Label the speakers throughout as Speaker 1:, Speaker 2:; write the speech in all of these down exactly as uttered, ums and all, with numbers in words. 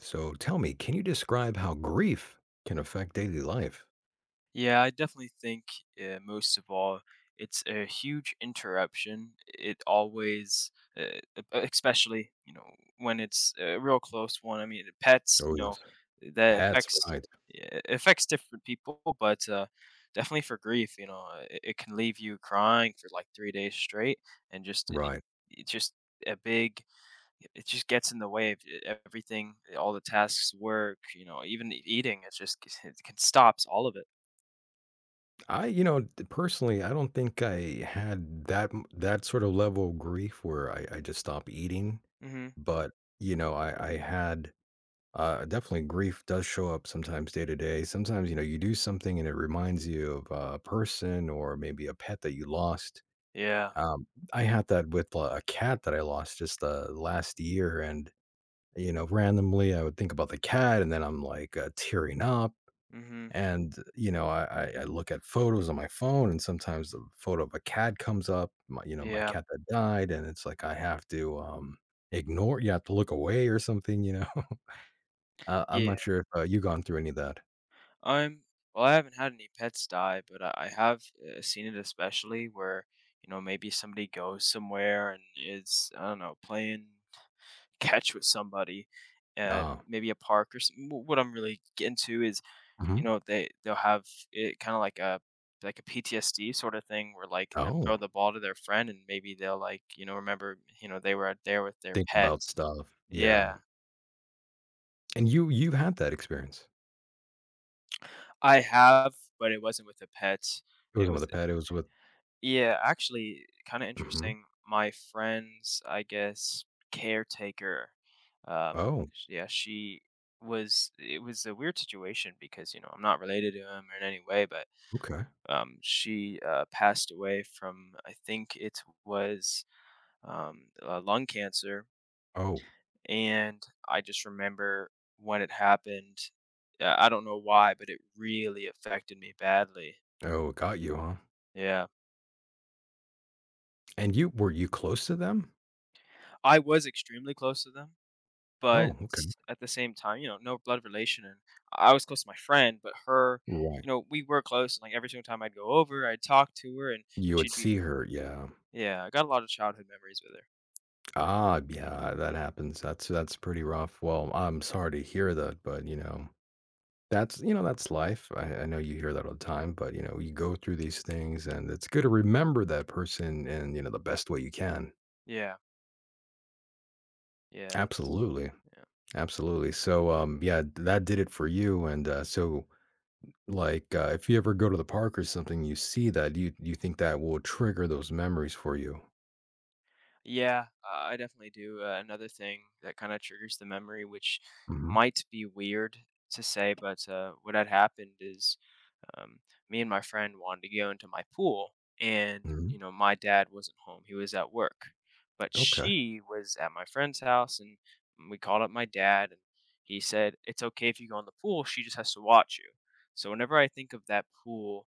Speaker 1: So tell me, can you describe how grief can affect daily life?
Speaker 2: Yeah, I definitely think uh, most of all, it's a huge interruption. It always, uh, e- e, especially you know when it's a real close one. I mean, pets, you
Speaker 1: Oh,
Speaker 2: know,
Speaker 1: yes.
Speaker 2: that
Speaker 1: Pets,
Speaker 2: affects
Speaker 1: right.
Speaker 2: yeah, it affects different people, but uh, definitely for grief, you know, uh, it, it can leave you crying for like three days straight, and just it,
Speaker 1: Right.
Speaker 2: it just a big it just gets in the way of e- everything, all the tasks, work, you know even eating. It just it can stops all of it.
Speaker 1: I, you know, d- personally, I don't think I had that m- that sort of level of grief where I, I just stopped eating.
Speaker 2: Hmm.
Speaker 1: But, you know, I, I had uh, definitely grief does show up sometimes day to day. Sometimes, you know, you do something and it reminds you of a person or maybe a pet that you lost.
Speaker 2: Yeah.
Speaker 1: Um, I had that with uh, a cat that I lost just uh, last year. And you know, randomly, I would think about the cat, and then I'm like uh, tearing up.
Speaker 2: Mhm.
Speaker 1: And you know, I, I I look at photos on my phone, and sometimes the photo of a cat comes up. My, you know, my
Speaker 2: Yeah.
Speaker 1: cat that died, and it's like I have to um ignore. You have to look away or something. You know, uh, I'm
Speaker 2: Yeah.
Speaker 1: not sure if uh, you gone through any of that.
Speaker 2: I'm well, I haven't had any pets die, but I I have, uh, seen it especially where, you know, maybe somebody goes somewhere and is, I don't know, playing catch with somebody, uh,
Speaker 1: Oh.
Speaker 2: maybe a park or some what I'm really into is,
Speaker 1: Hmm.
Speaker 2: you know, they they'll have it kinda like a like a P T S D sorta thing where, like, they'll
Speaker 1: Oh,
Speaker 2: throw the ball to their friend and maybe they'll, like, you know, remember, you know, they were out there with their
Speaker 1: think
Speaker 2: pet.
Speaker 1: about stuff. Yeah,
Speaker 2: Yeah.
Speaker 1: and you you had that experience.
Speaker 2: I have, but it wasn't with a pet.
Speaker 1: It
Speaker 2: It
Speaker 1: wasn't with
Speaker 2: was
Speaker 1: a pet. It was with.
Speaker 2: yeah, actually, kinda
Speaker 1: Hmm.
Speaker 2: interesting. My friend's, I guess, caretaker, um,
Speaker 1: Oh,
Speaker 2: sh yeah, she was it was a weird situation because, you know, I'm not related to him in any way, but,
Speaker 1: okay.
Speaker 2: um, she, uh, passed away from I think it was, um, uh, lung cancer,
Speaker 1: Oh,
Speaker 2: and I just remember when it happened, uh, I don't know why, but it really affected me badly.
Speaker 1: oh, it got you, huh?
Speaker 2: Yeah.
Speaker 1: And you were you close to them?
Speaker 2: I was extremely close to them, but
Speaker 1: Oh, okay.
Speaker 2: at the same time, you know, no blood relation, and I was close to my friend, but her
Speaker 1: Right.
Speaker 2: you know, we were close, and, like, every single time I'd go over, I'd talk to her, and
Speaker 1: You would
Speaker 2: she'd be
Speaker 1: see her, yeah.
Speaker 2: yeah, I got a lot of childhood memories with her.
Speaker 1: Ah, yeah, that happens. That's that's pretty rough. Well, I'm sorry to hear that, but you know, that's you know, that's life. I, I know you hear that all the time, but you know, you go through these things, and it's good to remember that person in, you know, the best way you can.
Speaker 2: Yeah, yeah, it's
Speaker 1: Absolutely.
Speaker 2: yeah.
Speaker 1: Absolutely. So um yeah, th- that did it for you. And uh so like uh, if you ever go to the park or something, you see that you you think that will trigger those memories for you.
Speaker 2: Yeah, I I definitely do. Uh, another thing that kinda triggers the memory, which
Speaker 1: Hmm.
Speaker 2: might be weird to say, but, uh, what had happened is um, me and my friend wanted to go into my pool, and
Speaker 1: Hmm.
Speaker 2: you know my dad wasn't home, he was at work, but
Speaker 1: Okay.
Speaker 2: she was at my friend's house. And we called up my dad, and he said it's okay if you go in the pool, she just has to watch you. So whenever I think of that pool,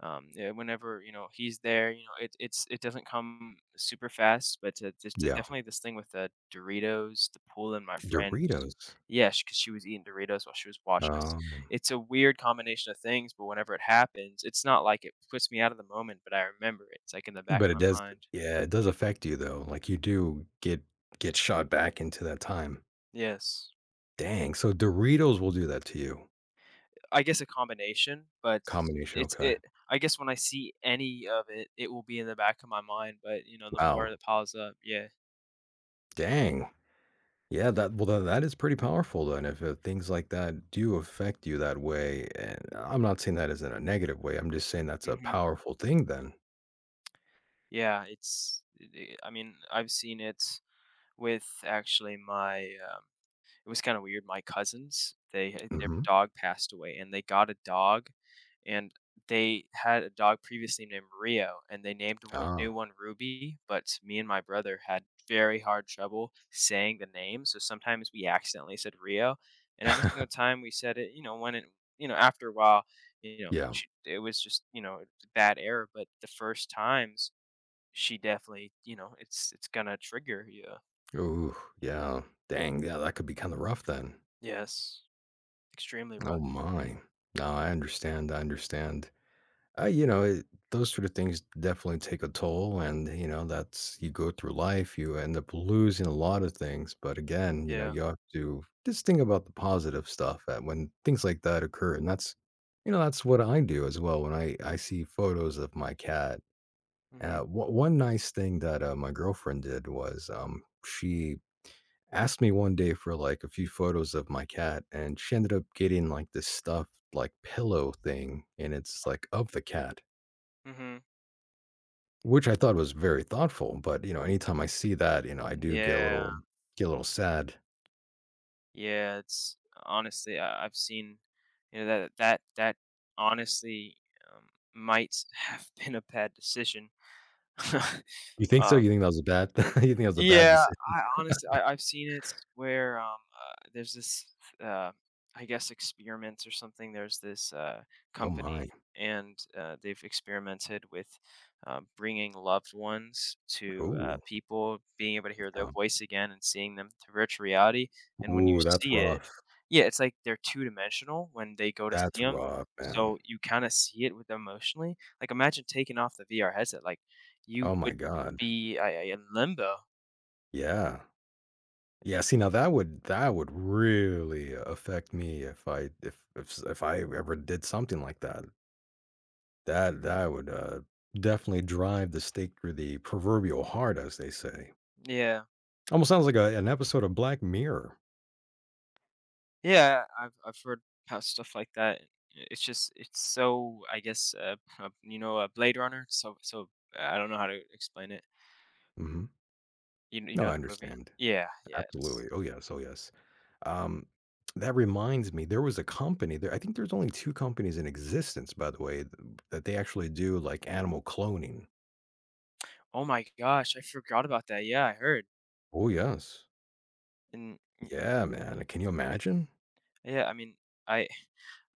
Speaker 2: um, yeah, whenever you know he's there, you know it it's it doesn't come super fast, but uh, just uh,
Speaker 1: Yeah.
Speaker 2: definitely this thing with the Doritos, the pool, and my friend.
Speaker 1: Doritos.
Speaker 2: Yes, because she was eating Doritos while she was watching us.
Speaker 1: Um,
Speaker 2: It's a weird combination of things, but whenever it happens, it's not like it puts me out of the moment, but I remember it. It's like in the back
Speaker 1: but it
Speaker 2: of
Speaker 1: does
Speaker 2: my mind.
Speaker 1: yeah, it does affect you though. Like you do get get shot back into that time.
Speaker 2: Yes.
Speaker 1: Dang, so Doritos will do that to you.
Speaker 2: I guess a combination, but
Speaker 1: Combination,
Speaker 2: it's
Speaker 1: okay.
Speaker 2: it I guess when I see any of it, it will be in the back of my mind, but you know, the more
Speaker 1: Wow.
Speaker 2: that piles up, yeah.
Speaker 1: Dang. Yeah, that well that that is pretty powerful then if, uh, things like that do affect you that way, and I'm not saying that as in a negative way, I'm just saying that's a
Speaker 2: Hmm.
Speaker 1: powerful thing then.
Speaker 2: Yeah, it's it I mean, I've seen it with actually my, um it was kinda weird. My cousins, they had their
Speaker 1: Mhm.
Speaker 2: dog passed away, and they got a dog, and they had a dog previously named Rio, and they named one
Speaker 1: Oh.
Speaker 2: new one Ruby, but me and my brother had very hard trouble saying the name, so sometimes we accidentally said Rio. And every single time we said it, you know, when it you know, after a while, you know,
Speaker 1: Yeah.
Speaker 2: sh it was just, you know, a bad error, but the first times, she definitely you know, it's it's gonna trigger you.
Speaker 1: Ooh, yeah. Dang, yeah, that could be kinda rough then.
Speaker 2: Yes. Extremely
Speaker 1: Oh
Speaker 2: rough.
Speaker 1: my. No, I understand. I understand. Uh, you know, it, those sort of things definitely take a toll. And, you know, that's, you go through life, you end up losing a lot of things. But again, you know,
Speaker 2: Yeah.
Speaker 1: you have to just think about the positive stuff that when things like that occur. And that's, you know, that's what I do as well. When I, I see photos of my cat,
Speaker 2: Mhm.
Speaker 1: uh, wh- one nice thing that uh, my girlfriend did was um, she asked me one day for like a few photos of my cat, and she ended up getting like this stuffed like pillow thing, and it's like of the cat,
Speaker 2: Mhm.
Speaker 1: which I thought was very thoughtful. But you know anytime I see that, you know I do get a
Speaker 2: Yeah.
Speaker 1: little get a little sad.
Speaker 2: Yeah, it's Honestly, I I've seen, you know, that that that honestly, um, might have been a bad decision.
Speaker 1: You think so? You
Speaker 2: Um
Speaker 1: think that was a bad you think that was a bad
Speaker 2: Yeah,
Speaker 1: decision?
Speaker 2: I honestly I I've seen it where, um, uh, there's this, uh, I guess, experiments or something. There's this, uh,
Speaker 1: Oh
Speaker 2: company,
Speaker 1: my.
Speaker 2: and, uh, they've experimented with, um, bringing loved ones to, uh,
Speaker 1: Oh,
Speaker 2: people, being able to hear their
Speaker 1: yeah.
Speaker 2: voice again and seeing them through virtual reality, and when you
Speaker 1: Ooh, that's
Speaker 2: see it
Speaker 1: rough.
Speaker 2: yeah, it's like they're two-dimensional when they go to see
Speaker 1: That's
Speaker 2: them.
Speaker 1: rough,
Speaker 2: So
Speaker 1: man.
Speaker 2: you kinda see it with them emotionally. Like, imagine taking off the V R headset, like, you
Speaker 1: Oh my
Speaker 2: would
Speaker 1: God.
Speaker 2: be, I in limbo.
Speaker 1: Yeah. Yeah. See, now that would that would really affect me if I if if s- if I ever did something like that. That that would, uh, definitely drive the stake through the proverbial heart, as they say.
Speaker 2: Yeah.
Speaker 1: Almost sounds like a an episode of Black Mirror.
Speaker 2: Yeah, I've I've heard about stuff like that. It's just it's so I guess uh, uh, you know uh, Blade Runner. So so uh, I don't know how to explain it.
Speaker 1: Mhm.
Speaker 2: You kn- you
Speaker 1: No,
Speaker 2: know
Speaker 1: I
Speaker 2: the movie?
Speaker 1: understand.
Speaker 2: Yeah, yeah. It's,
Speaker 1: Absolutely. Oh, yes. Oh, yes. Um, that reminds me, there was a company there, I think there's only two companies in existence, by the way, th that they actually do, like, animal cloning.
Speaker 2: oh my gosh, I forgot about that. Yeah, I heard.
Speaker 1: Oh, yes.
Speaker 2: And
Speaker 1: Yeah, man. Can you imagine?
Speaker 2: yeah, I mean, I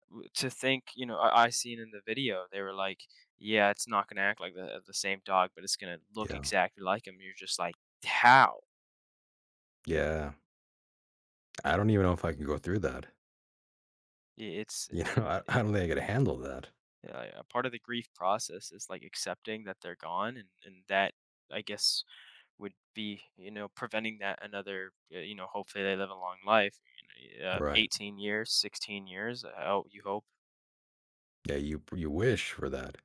Speaker 2: w- to think you know I, I seen in the video they were like, yeah, it's not gonna act like the the same dog, but it's gonna look
Speaker 1: Yeah.
Speaker 2: exactly like him. You're just like, how?
Speaker 1: Yeah. I don't even know if I can go through that.
Speaker 2: Yeah, It's
Speaker 1: You know, I I don't think I could handle that.
Speaker 2: Yeah, yeah, part of the grief process is, like, accepting that they're gone, and and that, I guess, would be, you know, preventing that another, uh, you know, hopefully they live a long life, you know, uh,
Speaker 1: Right.
Speaker 2: eighteen years, sixteen years, I ho you hope.
Speaker 1: Yeah, you you wish for that.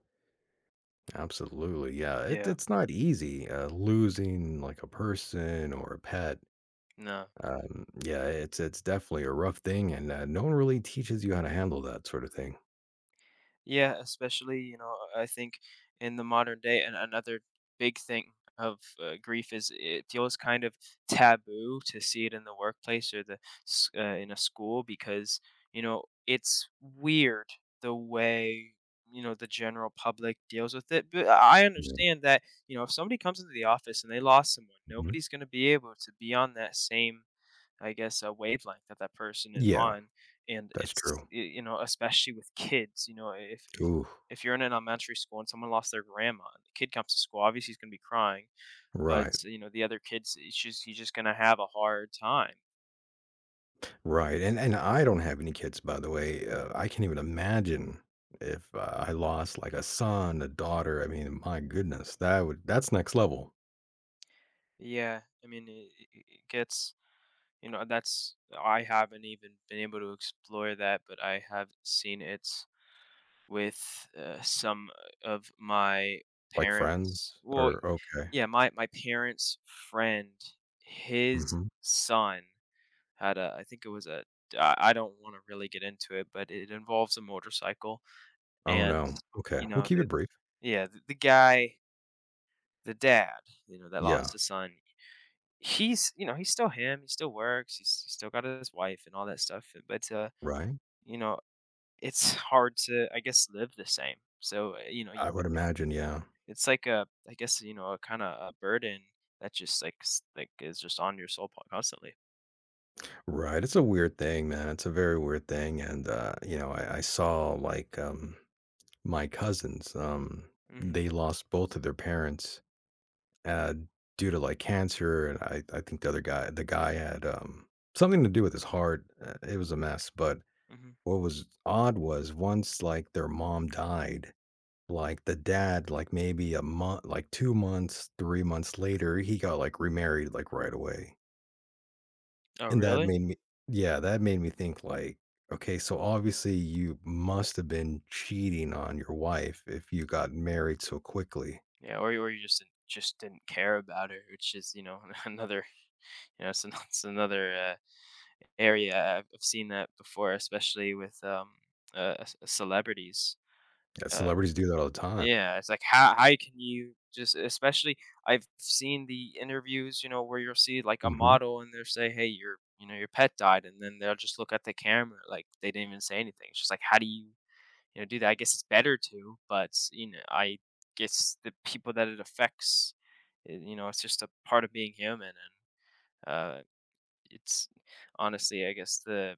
Speaker 1: Absolutely. Yeah. It,
Speaker 2: Yeah.
Speaker 1: it's not easy, uh, losing like a person or a pet.
Speaker 2: No.
Speaker 1: Um, yeah, it's it's definitely a rough thing, and uh, no one really teaches you how to handle that sort of thing.
Speaker 2: Yeah, especially, you know, I think in the modern day, and another big thing of uh, grief is it feels kind of taboo to see it in the workplace or the s- uh, in a school because, you know, it's weird the way, you know, the general public deals with it. But I
Speaker 1: Yeah.
Speaker 2: understand that, you know, if somebody comes into the office and they lost someone,
Speaker 1: Mhm.
Speaker 2: nobody's going to be able to be on that same I guess, a wavelength that that person is
Speaker 1: Yeah,
Speaker 2: on, and
Speaker 1: that's
Speaker 2: it's
Speaker 1: true.
Speaker 2: y you know, especially with kids, you know, if if
Speaker 1: Ooh,
Speaker 2: if you're in an elementary school and someone lost their grandma and the kid comes to school, obviously he's gonna be crying, but,
Speaker 1: right,
Speaker 2: you know, the other kids, it's just he's just gonna have a hard time.
Speaker 1: right. And and I don't have any kids, by the way. Uh, I can't even imagine if uh, I lost like a son, a daughter. I mean, my goodness, that would that's next level.
Speaker 2: Yeah, I mean, it it it gets you know, that's I haven't even been able to explore that, but I have seen it with, uh, some of my
Speaker 1: Like friends,
Speaker 2: parents. Well,
Speaker 1: or okay.
Speaker 2: Yeah, my my parents' friend, his
Speaker 1: Hmm.
Speaker 2: son had a I think it was a I I don't wanna really get into it, but it involves a motorcycle.
Speaker 1: Oh
Speaker 2: And,
Speaker 1: no. Okay,
Speaker 2: you
Speaker 1: we'll
Speaker 2: know,
Speaker 1: keep
Speaker 2: the
Speaker 1: it brief.
Speaker 2: yeah, the the guy, the dad, you know, that lost
Speaker 1: Yeah.
Speaker 2: his son, he's you know, he's still him, he still works, he's he's still got his wife and all that stuff, but, uh,
Speaker 1: Right.
Speaker 2: you know, it's hard to, I guess, live the same. So, uh, you know, y
Speaker 1: I would imagine, yeah.
Speaker 2: it's like a I guess, you know, a kinda a burden that just, like, s like, is just on your soul po constantly.
Speaker 1: Right. It's a weird thing, man. It's a very weird thing. And uh, you know, I, I saw like um my cousins, um,
Speaker 2: Mhm,
Speaker 1: they lost both of their parents uh due to like cancer. And I, I think the other guy the guy had um something to do with his heart. Uh, It was a mess. But
Speaker 2: mhm.
Speaker 1: what was odd was, once like their mom died, like the dad, like maybe a month, like two months, three months later, he got like remarried like right away.
Speaker 2: Oh,
Speaker 1: And that
Speaker 2: really?
Speaker 1: made me yeah, that made me think like, okay, so obviously you must have been cheating on your wife if you got married so quickly.
Speaker 2: Yeah, or you or you just didn't just didn't care about it, which is, you know, another you know, it's ano it's another, uh, area I've I've seen that before, especially with, um, uh, uh, c celebrities.
Speaker 1: Yeah,
Speaker 2: Uh,
Speaker 1: celebrities do that all the time.
Speaker 2: yeah, it's like, how how can you just especially I've seen the interviews, you know, where you'll see, like, a
Speaker 1: Mhm.
Speaker 2: model and they'll say, "Hey, your" you know, "your pet died," and then they'll just look at the camera, like, they didn't even say anything. It's just like, how do you you know, do that. I guess it's better to, but you know, I guess the people that it affects, uh, you know, it's just a part of being human, and uh, it's honestly, I guess, the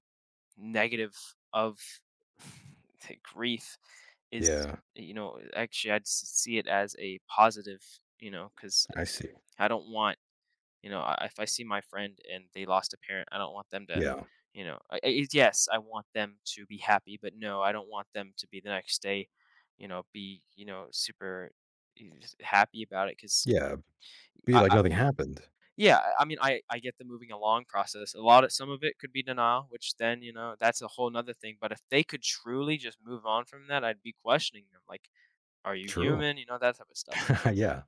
Speaker 2: negative of the grief is,
Speaker 1: Yeah,
Speaker 2: you know, actually, I'd s- see it as a positive, you know, because
Speaker 1: I see.
Speaker 2: I don't want you know, I if I see my friend and they lost a parent, I don't want them to,
Speaker 1: Yeah.
Speaker 2: you know I I yes, I want them to be happy, but no, I don't want them to be the next day, you know, be, you know, super e s happy about it 'cause
Speaker 1: Yeah, be
Speaker 2: I
Speaker 1: like
Speaker 2: I
Speaker 1: nothing happened.
Speaker 2: yeah, I I mean, I I get the moving along process. A lot of some of it could be denial, which then, you know, that's a whole whole 'nother thing, but if they could truly just move on from that, I'd be questioning them, like, "Are you
Speaker 1: True.
Speaker 2: human?" You know, that type of stuff.
Speaker 1: Yeah.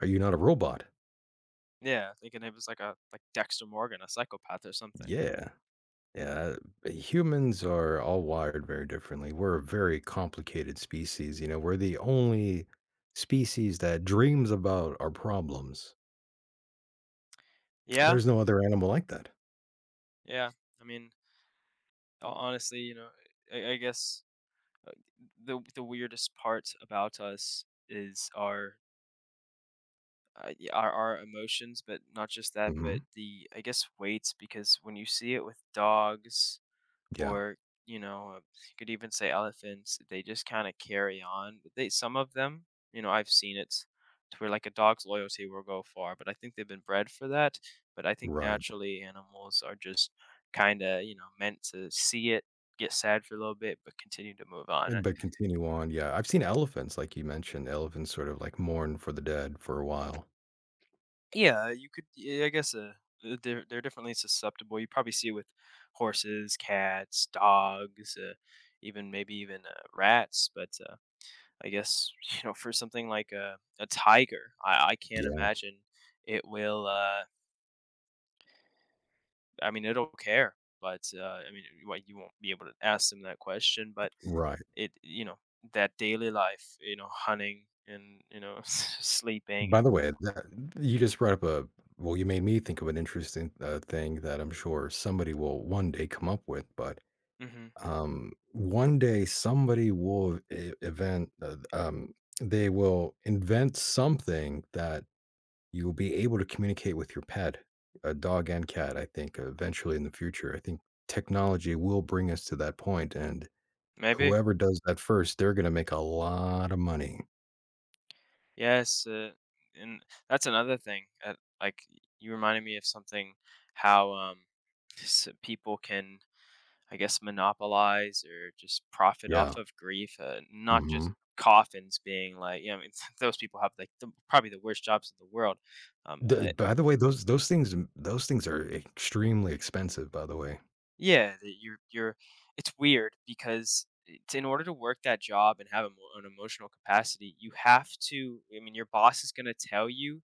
Speaker 1: Are you not a robot?
Speaker 2: Yeah, thinking it was like a like Dexter Morgan, a psychopath or something.
Speaker 1: Yeah. Yeah, eh, humans are all wired very differently. We're a very complicated species, you know, we're the only species that dreams about our problems.
Speaker 2: Yeah.
Speaker 1: There's no other animal like that.
Speaker 2: Yeah, I mean, ho- honestly, you know, I, I guess uh, the the weirdest part about us is our uh, y- our our emotions, but not just that, but
Speaker 1: Mhm.
Speaker 2: the I guess weights because when you see it with dogs
Speaker 1: Yeah.
Speaker 2: or you know, uh, you could even say elephants. They just kind of carry on. They some of them, you know, I've seen it to where like a dog's loyalty will go far, but I think they've been bred for that. But I think
Speaker 1: Right.
Speaker 2: naturally animals are just kind of you know meant to see it, get sad for a little bit, but continue to move on. Uh,
Speaker 1: And but continue on, yeah. I've seen elephants, like you mentioned, elephants sort of, like, mourn for the dead for a while.
Speaker 2: Yeah, you could. Yeah, I guess uh, uh, they're they're definitely susceptible. You probably see with horses, cats, dogs, uh, even maybe even uh, rats, but. Uh, I guess you know for something like a a tiger, I I can't
Speaker 1: Yeah.
Speaker 2: imagine it will. Uh, I mean, it'll care, but uh, I mean, well, you won't be able to ask them that question. But
Speaker 1: Right.
Speaker 2: it, you know, that daily life, you know, hunting and you know, sleeping.
Speaker 1: By the way, that you just brought up a well, you made me think of an interesting, uh, thing that I'm sure somebody will one day come up with. But,
Speaker 2: Hmm.
Speaker 1: um, one day somebody will e event, uh, um, they will invent something that You will be able to communicate with your pet, a dog and cat, I think, eventually in the future. I think technology will bring us to that point, and
Speaker 2: Maybe
Speaker 1: whoever does that first, they're gonna make a lot of money.
Speaker 2: yes, uh, and that's another thing. Uh, like you reminded me of something. How um, s- people can I guess, monopolize or just profit off
Speaker 1: Yeah,
Speaker 2: of grief, uh, not just
Speaker 1: mhm.
Speaker 2: coffins being like, you know, I mean, those people have like the, probably the worst jobs in the world. Um,
Speaker 1: The
Speaker 2: uh,
Speaker 1: By the way, those those things mm, those things are extremely expensive, by the way.
Speaker 2: yeah, that you're you're. it's weird because it's, in order to work that job and have emo- an emotional capacity, you have to. I mean, your boss is going to tell you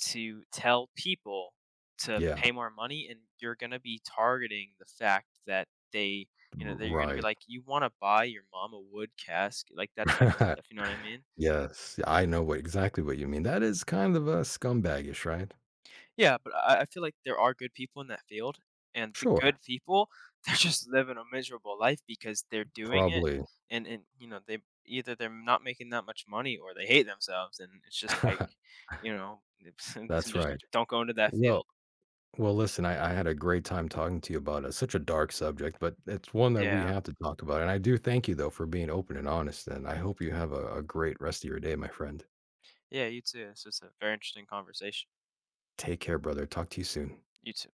Speaker 2: to tell people to
Speaker 1: Yeah,
Speaker 2: pay more money and you're gonna be targeting the fact that they you know, that you're gonna be
Speaker 1: right.
Speaker 2: like, "You wanna buy your mom a wood cask," like that type of stuff, you know what I mean?
Speaker 1: Yes, I know what exactly what you mean. That is kind of a scumbagish, right?
Speaker 2: Yeah, but I I feel like there are good people in that field, and the
Speaker 1: Sure,
Speaker 2: good people, they're just living a miserable life because they're doing it
Speaker 1: probably.
Speaker 2: and and, you know, they either they're not making that much money or they hate themselves, and it's just like, you know, it's
Speaker 1: That's
Speaker 2: just
Speaker 1: right.
Speaker 2: don't go into that
Speaker 1: Well
Speaker 2: field.
Speaker 1: Well, listen, I, I had a great time talking to you about it. It's such a dark subject, but it's one that
Speaker 2: Yeah.
Speaker 1: we have to talk about. And I do thank you, though, for being open and honest. And I hope you have a, a great rest of your day, my friend.
Speaker 2: Yeah, you too. This was a very interesting conversation.
Speaker 1: Take care, brother. Talk to you soon.
Speaker 2: You too.